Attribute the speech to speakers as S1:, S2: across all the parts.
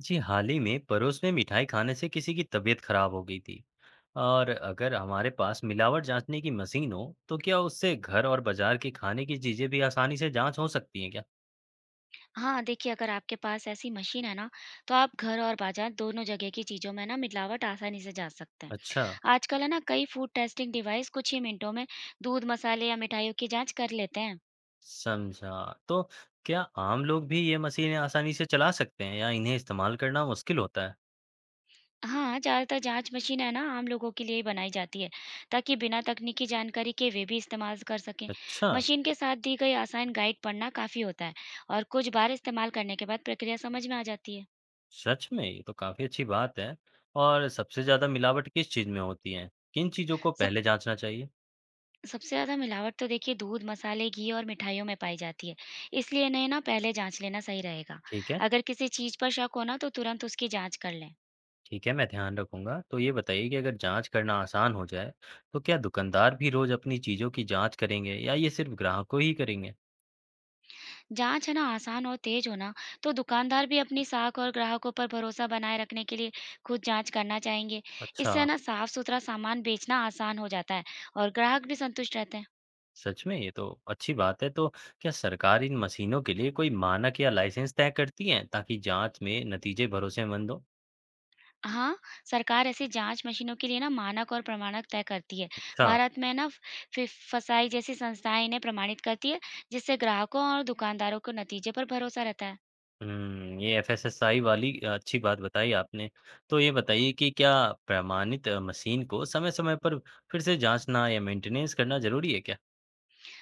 S1: जी। हाल ही में पड़ोस में मिठाई खाने से किसी की तबीयत खराब हो गई थी। और अगर हमारे पास मिलावट जांचने की मशीन हो तो क्या उससे घर और बाजार के खाने की चीजें भी आसानी से जांच हो सकती हैं क्या?
S2: हाँ, देखिए अगर आपके पास ऐसी मशीन है ना, तो आप घर और बाज़ार दोनों जगह की चीज़ों में ना मिलावट आसानी से जाँच सकते हैं।
S1: अच्छा।
S2: आजकल है ना कई फूड टेस्टिंग डिवाइस कुछ ही मिनटों में दूध, मसाले या मिठाइयों की जाँच कर लेते हैं।
S1: समझा। तो क्या आम लोग भी ये मशीनें आसानी से चला सकते हैं या इन्हें इस्तेमाल करना मुश्किल होता है?
S2: हाँ, ज़्यादातर जाँच मशीन है ना आम लोगों के लिए ही बनाई जाती है, ताकि बिना तकनीकी जानकारी के वे भी इस्तेमाल कर सकें।
S1: अच्छा।
S2: मशीन के साथ दी गई आसान गाइड पढ़ना काफ़ी होता है और कुछ बार इस्तेमाल करने के बाद प्रक्रिया समझ में आ जाती है।
S1: सच में ये तो काफी अच्छी बात है। और सबसे ज्यादा मिलावट किस चीज में होती है, किन चीजों को
S2: सब
S1: पहले जांचना चाहिए?
S2: सबसे ज़्यादा मिलावट तो देखिए दूध, मसाले, घी और मिठाइयों में पाई जाती है। इसलिए इन्हें ना पहले जाँच लेना सही रहेगा।
S1: ठीक है।
S2: अगर किसी चीज़ पर शक हो ना तो तुरंत उसकी जाँच कर लें।
S1: ठीक है, मैं ध्यान रखूँगा। तो ये बताइए कि अगर जाँच करना आसान हो जाए, तो क्या दुकानदार भी रोज़ अपनी चीज़ों की जाँच करेंगे या ये सिर्फ़ ग्राहकों ही करेंगे?
S2: जाँच है ना आसान और तेज़ हो ना तो दुकानदार भी अपनी साख और ग्राहकों पर भरोसा बनाए रखने के लिए खुद जाँच करना चाहेंगे।
S1: अच्छा।
S2: इससे है ना साफ-सुथरा सामान बेचना आसान हो जाता है और ग्राहक भी संतुष्ट रहते हैं।
S1: सच में? ये तो अच्छी बात है। तो क्या सरकार इन मशीनों के लिए कोई मानक या लाइसेंस तय करती है, ताकि जाँच में नतीजे भरोसेमंद हों?
S2: हाँ, सरकार ऐसी जाँच मशीनों के लिए ना मानक और प्रमाणक तय करती है।
S1: अच्छा।
S2: भारत में ना फि फसाई जैसी संस्थाएँ इन्हें प्रमाणित करती है, जिससे ग्राहकों और दुकानदारों को नतीजे पर भरोसा रहता है।
S1: हुँ, ये एफएसएसआई वाली अच्छी बात बताई आपने। तो ये बताइए कि क्या प्रमाणित मशीन को समय-समय पर फिर से जाँचना या मेंटेनेंस करना ज़रूरी है क्या?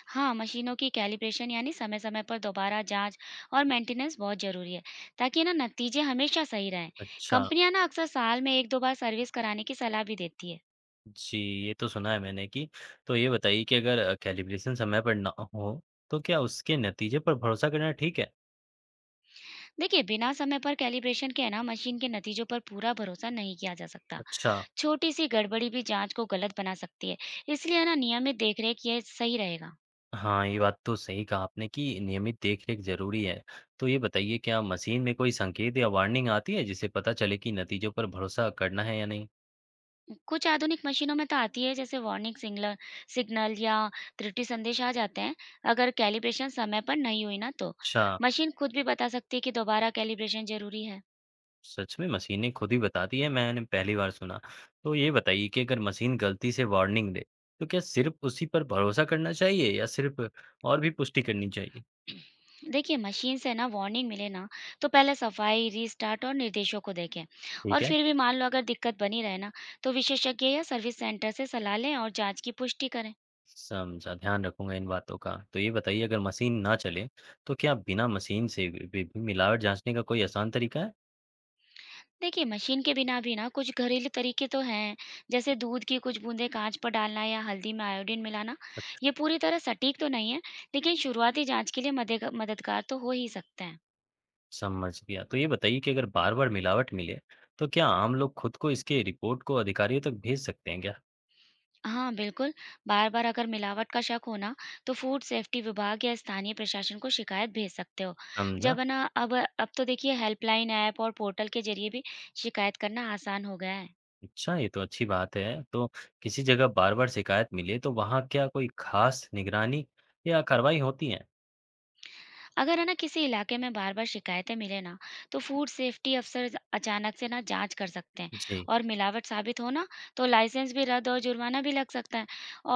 S2: हाँ, मशीनों की कैलिब्रेशन यानी समय-समय पर दोबारा जाँच और मेंटेनेंस बहुत ज़रूरी है, ताकि ना नतीजे हमेशा सही रहें।
S1: अच्छा।
S2: कंपनियाँ ना अक्सर साल में 1-2 बार सर्विस कराने की सलाह भी देती है।
S1: जी, ये तो सुना है मैंने कि तो ये बताइए कि अगर कैलिब्रेशन समय पर ना हो, तो क्या उसके नतीजे पर भरोसा करना ठीक है?
S2: देखिए, बिना समय पर कैलिब्रेशन के है ना मशीन के नतीजों पर पूरा भरोसा नहीं किया जा सकता।
S1: अच्छा।
S2: छोटी-सी गड़बड़ी भी जाँच को गलत बना सकती है। इसलिए है ना नियमित देखरेख ये सही रहेगा।
S1: हाँ, ये बात तो सही कहा आपने कि नियमित देखरेख ज़रूरी है। तो ये बताइए क्या मशीन में कोई संकेत या वार्निंग आती है जिससे पता चले कि नतीजों पर भरोसा करना है या नहीं?
S2: कुछ आधुनिक मशीनों में तो आती है जैसे वार्निंग सिग्नल सिग्नल या त्रुटि संदेश आ जाते हैं, अगर कैलिब्रेशन समय पर नहीं हुई ना तो।
S1: अच्छा।
S2: मशीन खुद भी बता सकती है कि दोबारा कैलिब्रेशन ज़रूरी है।
S1: सच में मशीनें खुद ही बताती है, मैंने पहली बार सुना। तो ये बताइए कि अगर मशीन गलती से वार्निंग दे, तो क्या सिर्फ उसी पर भरोसा करना चाहिए या सिर्फ और भी पुष्टि करनी चाहिए?
S2: देखिए मशीन से ना वार्निंग मिले ना तो पहले सफाई, रीस्टार्ट और निर्देशों को देखें।
S1: ठीक
S2: और
S1: है।
S2: फिर भी मान लो अगर दिक्कत बनी रहे ना तो विशेषज्ञ या सर्विस सेंटर से सलाह लें और जाँच की पुष्टि करें।
S1: समझा, ध्यान रखूँगा इन बातों का। तो ये बताइए अगर मशीन ना चले, तो क्या बिना मशीन से भी मिलावट जाँचने का कोई आसान तरीका है?
S2: देखिए मशीन के बिना भी ना कुछ घरेलू तरीके तो हैं, जैसे दूध की कुछ बूंदें कांच पर डालना या हल्दी में आयोडीन मिलाना।
S1: अच्छा।
S2: ये पूरी तरह सटीक तो नहीं है, लेकिन शुरुआती जांच के लिए मददगार तो हो ही सकते हैं।
S1: समझ गया। तो ये बताइए कि अगर बार-बार मिलावट मिले, तो क्या आम लोग खुद को इसके रिपोर्ट को अधिकारियों तक भेज सकते हैं क्या?
S2: हाँ, बिल्कुल। बार बार अगर मिलावट का शक हो ना तो फूड सेफ्टी विभाग या स्थानीय प्रशासन को शिकायत भेज सकते हो।
S1: समझा।
S2: जब है ना अब तो देखिए हेल्पलाइन ऐप और पोर्टल के जरिए भी शिकायत करना आसान हो गया है।
S1: अच्छा, ये तो अच्छी बात है। तो किसी जगह बार-बार शिकायत मिले, तो वहाँ क्या कोई खास निगरानी या कार्रवाई होती है?
S2: अगर है ना किसी इलाके में बार बार शिकायतें मिले ना तो फूड सेफ्टी अफसर अचानक से ना जांच कर सकते हैं।
S1: जी।
S2: और मिलावट साबित हो ना तो लाइसेंस भी रद्द और जुर्माना भी लग सकता है,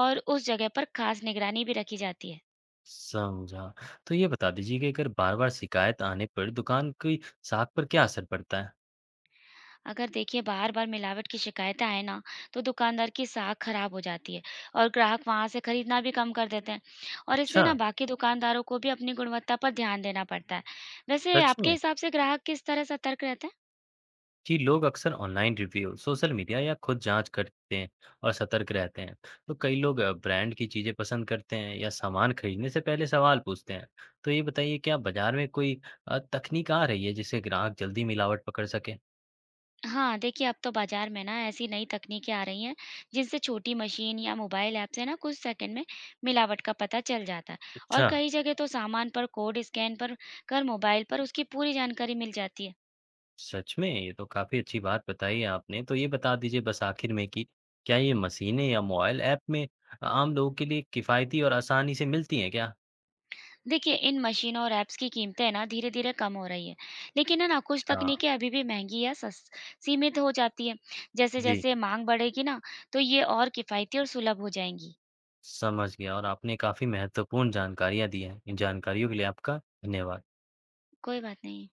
S2: और उस जगह पर खास निगरानी भी रखी जाती है।
S1: समझा। तो ये बता दीजिए कि अगर बार-बार शिकायत आने पर दुकान की साख पर क्या असर पड़ता है?
S2: अगर देखिए बार बार मिलावट की शिकायतें आए ना तो दुकानदार की साख खराब हो जाती है और ग्राहक वहां से खरीदना भी कम कर देते हैं। और इससे
S1: अच्छा।
S2: ना बाकी दुकानदारों को भी अपनी गुणवत्ता पर ध्यान देना पड़ता है। वैसे
S1: सच
S2: आपके
S1: में?
S2: हिसाब से ग्राहक किस तरह सतर्क रहते हैं?
S1: जी, लोग अक्सर ऑनलाइन रिव्यू, सोशल मीडिया या खुद जाँच करते हैं और सतर्क रहते हैं। तो कई लोग ब्रांड की चीज़ें पसंद करते हैं या सामान खरीदने से पहले सवाल पूछते हैं। तो ये बताइए क्या बाज़ार में कोई तकनीक आ रही है जिससे ग्राहक जल्दी मिलावट पकड़ सके?
S2: हाँ, देखिए अब तो बाज़ार में ना ऐसी नई तकनीकें आ रही हैं, जिनसे छोटी मशीन या मोबाइल ऐप से ना कुछ सेकंड में मिलावट का पता चल जाता है। और
S1: अच्छा।
S2: कई जगह तो सामान पर कोड स्कैन पर कर मोबाइल पर उसकी पूरी जानकारी मिल जाती है।
S1: सच में? ये तो काफ़ी अच्छी बात बताई है आपने। तो ये बता दीजिए बस आखिर में कि क्या ये मशीनें या मोबाइल ऐप में आम लोगों के लिए किफ़ायती और आसानी से मिलती हैं क्या?
S2: देखिए इन मशीनों और ऐप्स की कीमतें ना धीरे-धीरे कम हो रही है। लेकिन है ना कुछ
S1: अच्छा।
S2: तकनीकें अभी भी महँगी या सस सीमित हो जाती हैं।
S1: जी।
S2: जैसे-जैसे माँग बढ़ेगी ना, तो ये और किफ़ायती और सुलभ हो जाएँगी।
S1: समझ गया और आपने काफ़ी महत्वपूर्ण जानकारियाँ दी हैं। इन जानकारियों के लिए आपका धन्यवाद।
S2: कोई बात नहीं।